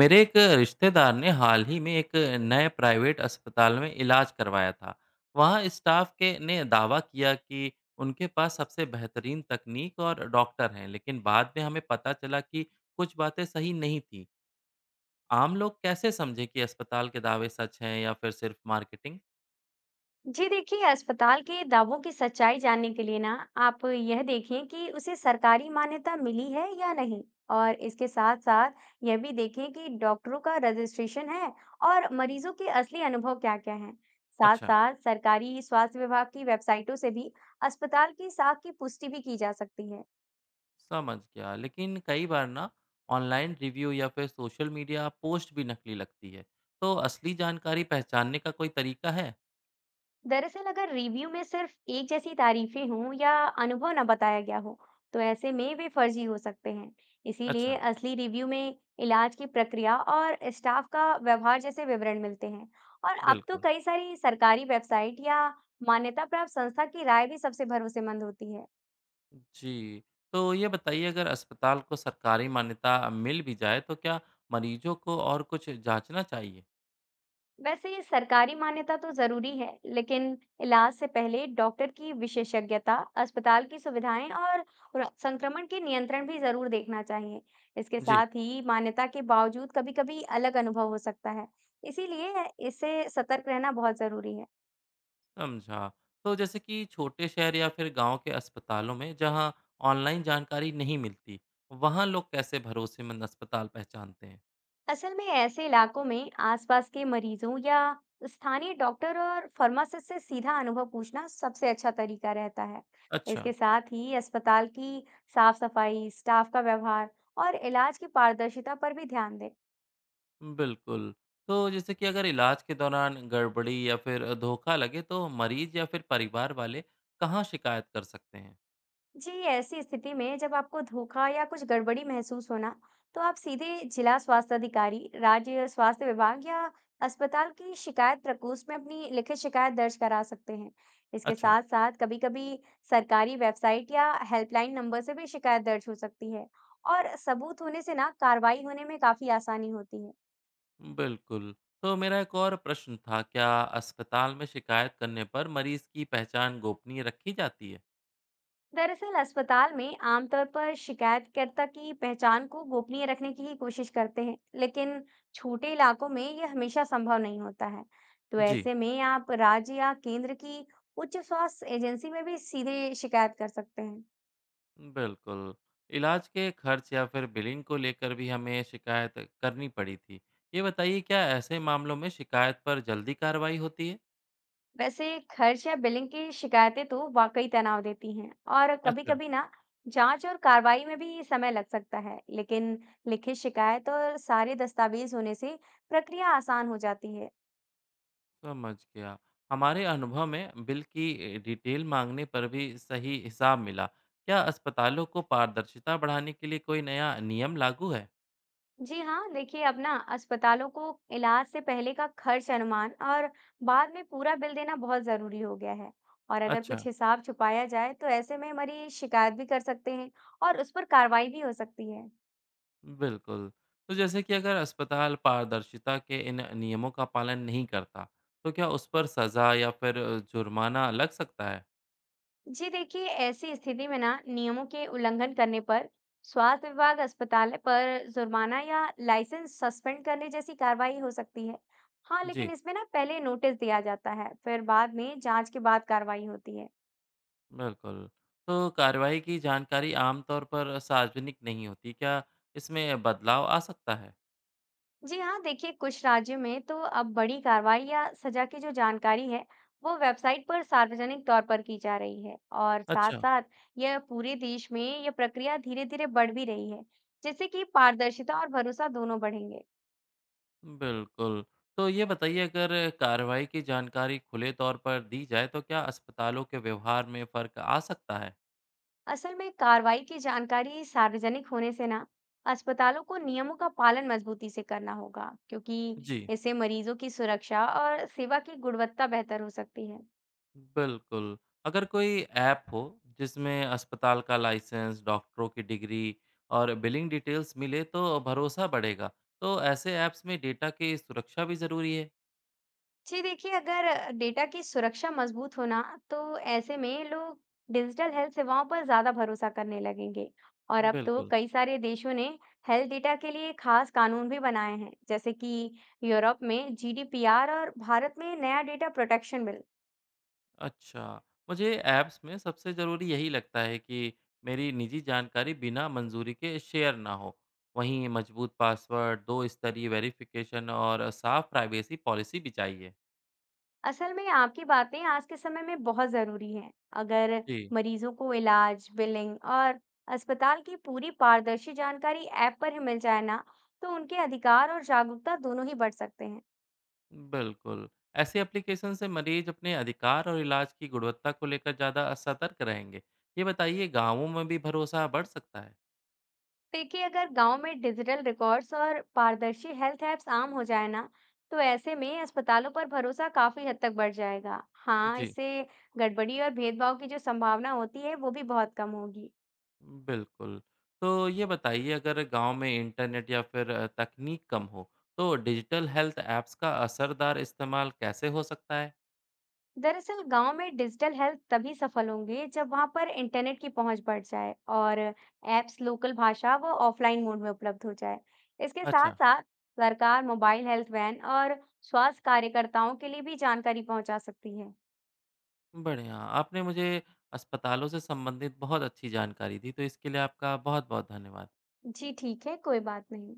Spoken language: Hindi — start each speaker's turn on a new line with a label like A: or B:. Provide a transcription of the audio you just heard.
A: मेरे एक रिश्तेदार ने हाल ही में एक नए प्राइवेट अस्पताल में इलाज करवाया था। वहाँ स्टाफ के ने दावा किया कि उनके पास सबसे बेहतरीन तकनीक और डॉक्टर हैं, लेकिन बाद में हमें पता चला कि कुछ बातें सही नहीं थी। आम लोग कैसे समझे कि अस्पताल के दावे सच हैं या फिर सिर्फ मार्केटिंग।
B: जी देखिए, अस्पताल के दावों की सच्चाई जानने के लिए ना आप यह देखें कि उसे सरकारी मान्यता मिली है या नहीं। और इसके साथ साथ यह भी देखें कि डॉक्टरों का रजिस्ट्रेशन है और मरीजों के असली अनुभव क्या-क्या हैं। साथ
A: अच्छा।
B: साथ सरकारी स्वास्थ्य विभाग की वेबसाइटों से भी अस्पताल की साख की पुष्टि भी की जा सकती है।
A: समझ गया, लेकिन कई बार ना ऑनलाइन रिव्यू या फिर सोशल मीडिया पोस्ट भी नकली लगती है। तो असली जानकारी पहचानने का कोई तरीका है?
B: दरअसल अगर रिव्यू में सिर्फ एक जैसी तारीफें हों या अनुभव न बताया गया हो, तो ऐसे में वे फर्जी हो सकते हैं। इसीलिए
A: अच्छा।
B: असली रिव्यू में इलाज की प्रक्रिया और स्टाफ का व्यवहार जैसे विवरण मिलते हैं। और अब तो
A: बिल्कुल।
B: कई सारी सरकारी वेबसाइट या मान्यता प्राप्त संस्था की राय भी सबसे भरोसेमंद होती है।
A: जी, तो ये बताइए अगर अस्पताल को सरकारी मान्यता मिल भी जाए तो क्या मरीजों को और कुछ जाँचना चाहिए?
B: वैसे ये सरकारी मान्यता तो जरूरी है, लेकिन इलाज से पहले डॉक्टर की विशेषज्ञता, अस्पताल की सुविधाएं और संक्रमण के नियंत्रण भी जरूर देखना चाहिए। इसके
A: जी।
B: साथ ही मान्यता के बावजूद कभी-कभी अलग अनुभव हो सकता है, इसीलिए इससे सतर्क रहना बहुत जरूरी है।
A: समझा। तो जैसे कि छोटे शहर या फिर गाँव के अस्पतालों में जहाँ ऑनलाइन जानकारी नहीं मिलती, वहाँ लोग कैसे भरोसेमंद अस्पताल पहचानते हैं?
B: असल में ऐसे इलाकों में आसपास के मरीजों या स्थानीय डॉक्टर और फार्मासिस्ट से सीधा अनुभव पूछना सबसे अच्छा तरीका रहता है।
A: अच्छा।
B: इसके साथ ही अस्पताल की साफ सफाई, स्टाफ का व्यवहार और इलाज की पारदर्शिता पर भी ध्यान दें।
A: बिल्कुल। तो जैसे कि अगर इलाज के दौरान गड़बड़ी या फिर धोखा लगे तो मरीज या फिर परिवार वाले कहाँ शिकायत कर सकते हैं?
B: जी ऐसी स्थिति में जब आपको धोखा या कुछ गड़बड़ी महसूस होना तो आप सीधे जिला स्वास्थ्य अधिकारी, राज्य स्वास्थ्य विभाग या अस्पताल की शिकायत प्रकोष्ठ में अपनी लिखित शिकायत दर्ज करा सकते हैं। इसके
A: अच्छा।
B: साथ साथ कभी कभी सरकारी वेबसाइट या हेल्पलाइन नंबर से भी शिकायत दर्ज हो सकती है। और सबूत होने से ना कार्रवाई होने में काफी आसानी होती है।
A: बिल्कुल। तो मेरा एक और प्रश्न था, क्या अस्पताल में शिकायत करने पर मरीज़ की पहचान गोपनीय रखी जाती है?
B: दरअसल अस्पताल में आमतौर पर शिकायतकर्ता की पहचान को गोपनीय रखने की ही कोशिश करते हैं, लेकिन छोटे इलाकों में ये हमेशा संभव नहीं होता है। तो
A: जी।
B: ऐसे में आप राज्य या केंद्र की उच्च स्वास्थ्य एजेंसी में भी सीधे शिकायत कर सकते हैं।
A: बिल्कुल। इलाज के खर्च या फिर बिलिंग को लेकर भी हमें शिकायत करनी पड़ी थी। ये बताइए क्या ऐसे मामलों में शिकायत पर जल्दी कार्रवाई होती है?
B: वैसे खर्च या बिलिंग की शिकायतें तो वाकई तनाव देती हैं। और
A: अच्छा।
B: कभी-कभी ना जांच और कार्रवाई में भी समय लग सकता है, लेकिन लिखित शिकायत और सारे दस्तावेज होने से प्रक्रिया आसान हो जाती है।
A: समझ गया। हमारे अनुभव में बिल की डिटेल माँगने पर भी सही हिसाब मिला। क्या अस्पतालों को पारदर्शिता बढ़ाने के लिए कोई नया नियम लागू है?
B: जी हाँ, देखिए अब ना अस्पतालों को इलाज से पहले का खर्च अनुमान और बाद में पूरा बिल देना बहुत जरूरी हो गया है। और अगर
A: अच्छा।
B: कुछ हिसाब छुपाया जाए तो ऐसे में मरीज शिकायत भी कर सकते हैं और उस पर कार्रवाई भी हो सकती है।
A: बिल्कुल। तो जैसे कि अगर अस्पताल पारदर्शिता के इन नियमों का पालन नहीं करता, तो क्या उस पर सज़ा या फिर जुर्माना लग सकता है?
B: जी देखिए, ऐसी स्थिति में ना नियमों के उल्लंघन करने पर स्वास्थ्य विभाग अस्पताल पर जुर्माना या लाइसेंस सस्पेंड करने जैसी कार्रवाई हो सकती है। हाँ
A: जी।
B: लेकिन इसमें ना पहले नोटिस दिया जाता है, फिर बाद में जांच के बाद कार्रवाई होती है।
A: बिल्कुल। तो कार्रवाई की जानकारी आमतौर पर सार्वजनिक नहीं होती, क्या इसमें बदलाव आ सकता है?
B: जी हाँ, देखिए कुछ राज्यों में तो अब बड़ी कार्रवाई या सजा की जो जानकारी है, वो वेबसाइट पर सार्वजनिक तौर पर की जा रही है। और
A: अच्छा।
B: साथ-साथ यह पूरे देश में यह प्रक्रिया धीरे-धीरे बढ़ भी रही है, जिससे कि पारदर्शिता और भरोसा दोनों बढ़ेंगे।
A: बिल्कुल। तो ये बताइए अगर कार्रवाई की जानकारी खुले तौर पर दी जाए, तो क्या अस्पतालों के व्यवहार में फ़र्क आ सकता है?
B: असल में कार्रवाई की जानकारी सार्वजनिक होने से ना अस्पतालों को नियमों का पालन मजबूती से करना होगा, क्योंकि
A: जी।
B: इससे मरीजों की सुरक्षा और सेवा की गुणवत्ता बेहतर हो सकती है।
A: बिल्कुल। अगर कोई ऐप हो जिसमें अस्पताल का लाइसेंस, डॉक्टरों की डिग्री और बिलिंग डिटेल्स मिले तो भरोसा बढ़ेगा। तो ऐसे ऐप्स में डेटा की सुरक्षा भी ज़रूरी है?
B: जी देखिए, अगर डेटा की सुरक्षा मजबूत हो ना, तो ऐसे में लोग डिजिटल हेल्थ सेवाओं पर ज़्यादा भरोसा करने लगेंगे। और अब तो
A: बिल्कुल।
B: कई सारे देशों ने हेल्थ डेटा के लिए खास कानून भी बनाए हैं, जैसे कि यूरोप में जीडीपीआर और भारत में नया डेटा प्रोटेक्शन बिल।
A: अच्छा, मुझे ऐप्स में सबसे ज़रूरी यही लगता है कि मेरी निजी जानकारी बिना मंज़ूरी के शेयर ना हो। वहीं मज़बूत पासवर्ड, दो स्तरीय वेरिफ़िकेशन और साफ़ प्राइवेसी पॉलिसी भी चाहिए।
B: असल में आपकी बातें आज के समय में बहुत ज़रूरी हैं। अगर
A: जी।
B: मरीजों को इलाज, बिलिंग और अस्पताल की पूरी पारदर्शी जानकारी ऐप पर ही मिल जाए ना, तो उनके अधिकार और जागरूकता दोनों ही बढ़ सकते हैं।
A: बिल्कुल। ऐसी एप्लीकेशन से मरीज अपने अधिकार और इलाज की गुणवत्ता को लेकर ज़्यादा सतर्क रहेंगे। ये बताइए गाँवों में भी भरोसा बढ़ सकता है?
B: देखिए अगर गांव में डिजिटल रिकॉर्ड्स और पारदर्शी हेल्थ ऐप्स आम हो जाए ना, तो ऐसे में अस्पतालों पर भरोसा काफी हद तक बढ़ जाएगा। हाँ
A: जी।
B: इससे गड़बड़ी और भेदभाव की जो संभावना होती है वो भी बहुत कम होगी।
A: बिल्कुल। तो ये बताइए अगर गाँव में इंटरनेट या फिर तकनीक कम हो, तो डिजिटल हेल्थ ऐप्स का असरदार इस्तेमाल कैसे हो सकता है?
B: दरअसल गांव में डिजिटल हेल्थ तभी सफल होंगे जब वहां पर इंटरनेट की पहुंच बढ़ जाए और ऐप्स लोकल भाषा व ऑफलाइन मोड में उपलब्ध हो जाए। इसके साथ
A: अच्छा।
B: साथ सरकार मोबाइल हेल्थ वैन और स्वास्थ्य कार्यकर्ताओं के लिए भी जानकारी पहुंचा सकती है।
A: बढ़िया। आपने मुझे अस्पतालों से संबंधित बहुत अच्छी जानकारी दी, तो इसके लिए आपका बहुत-बहुत धन्यवाद।
B: जी ठीक है, कोई बात नहीं।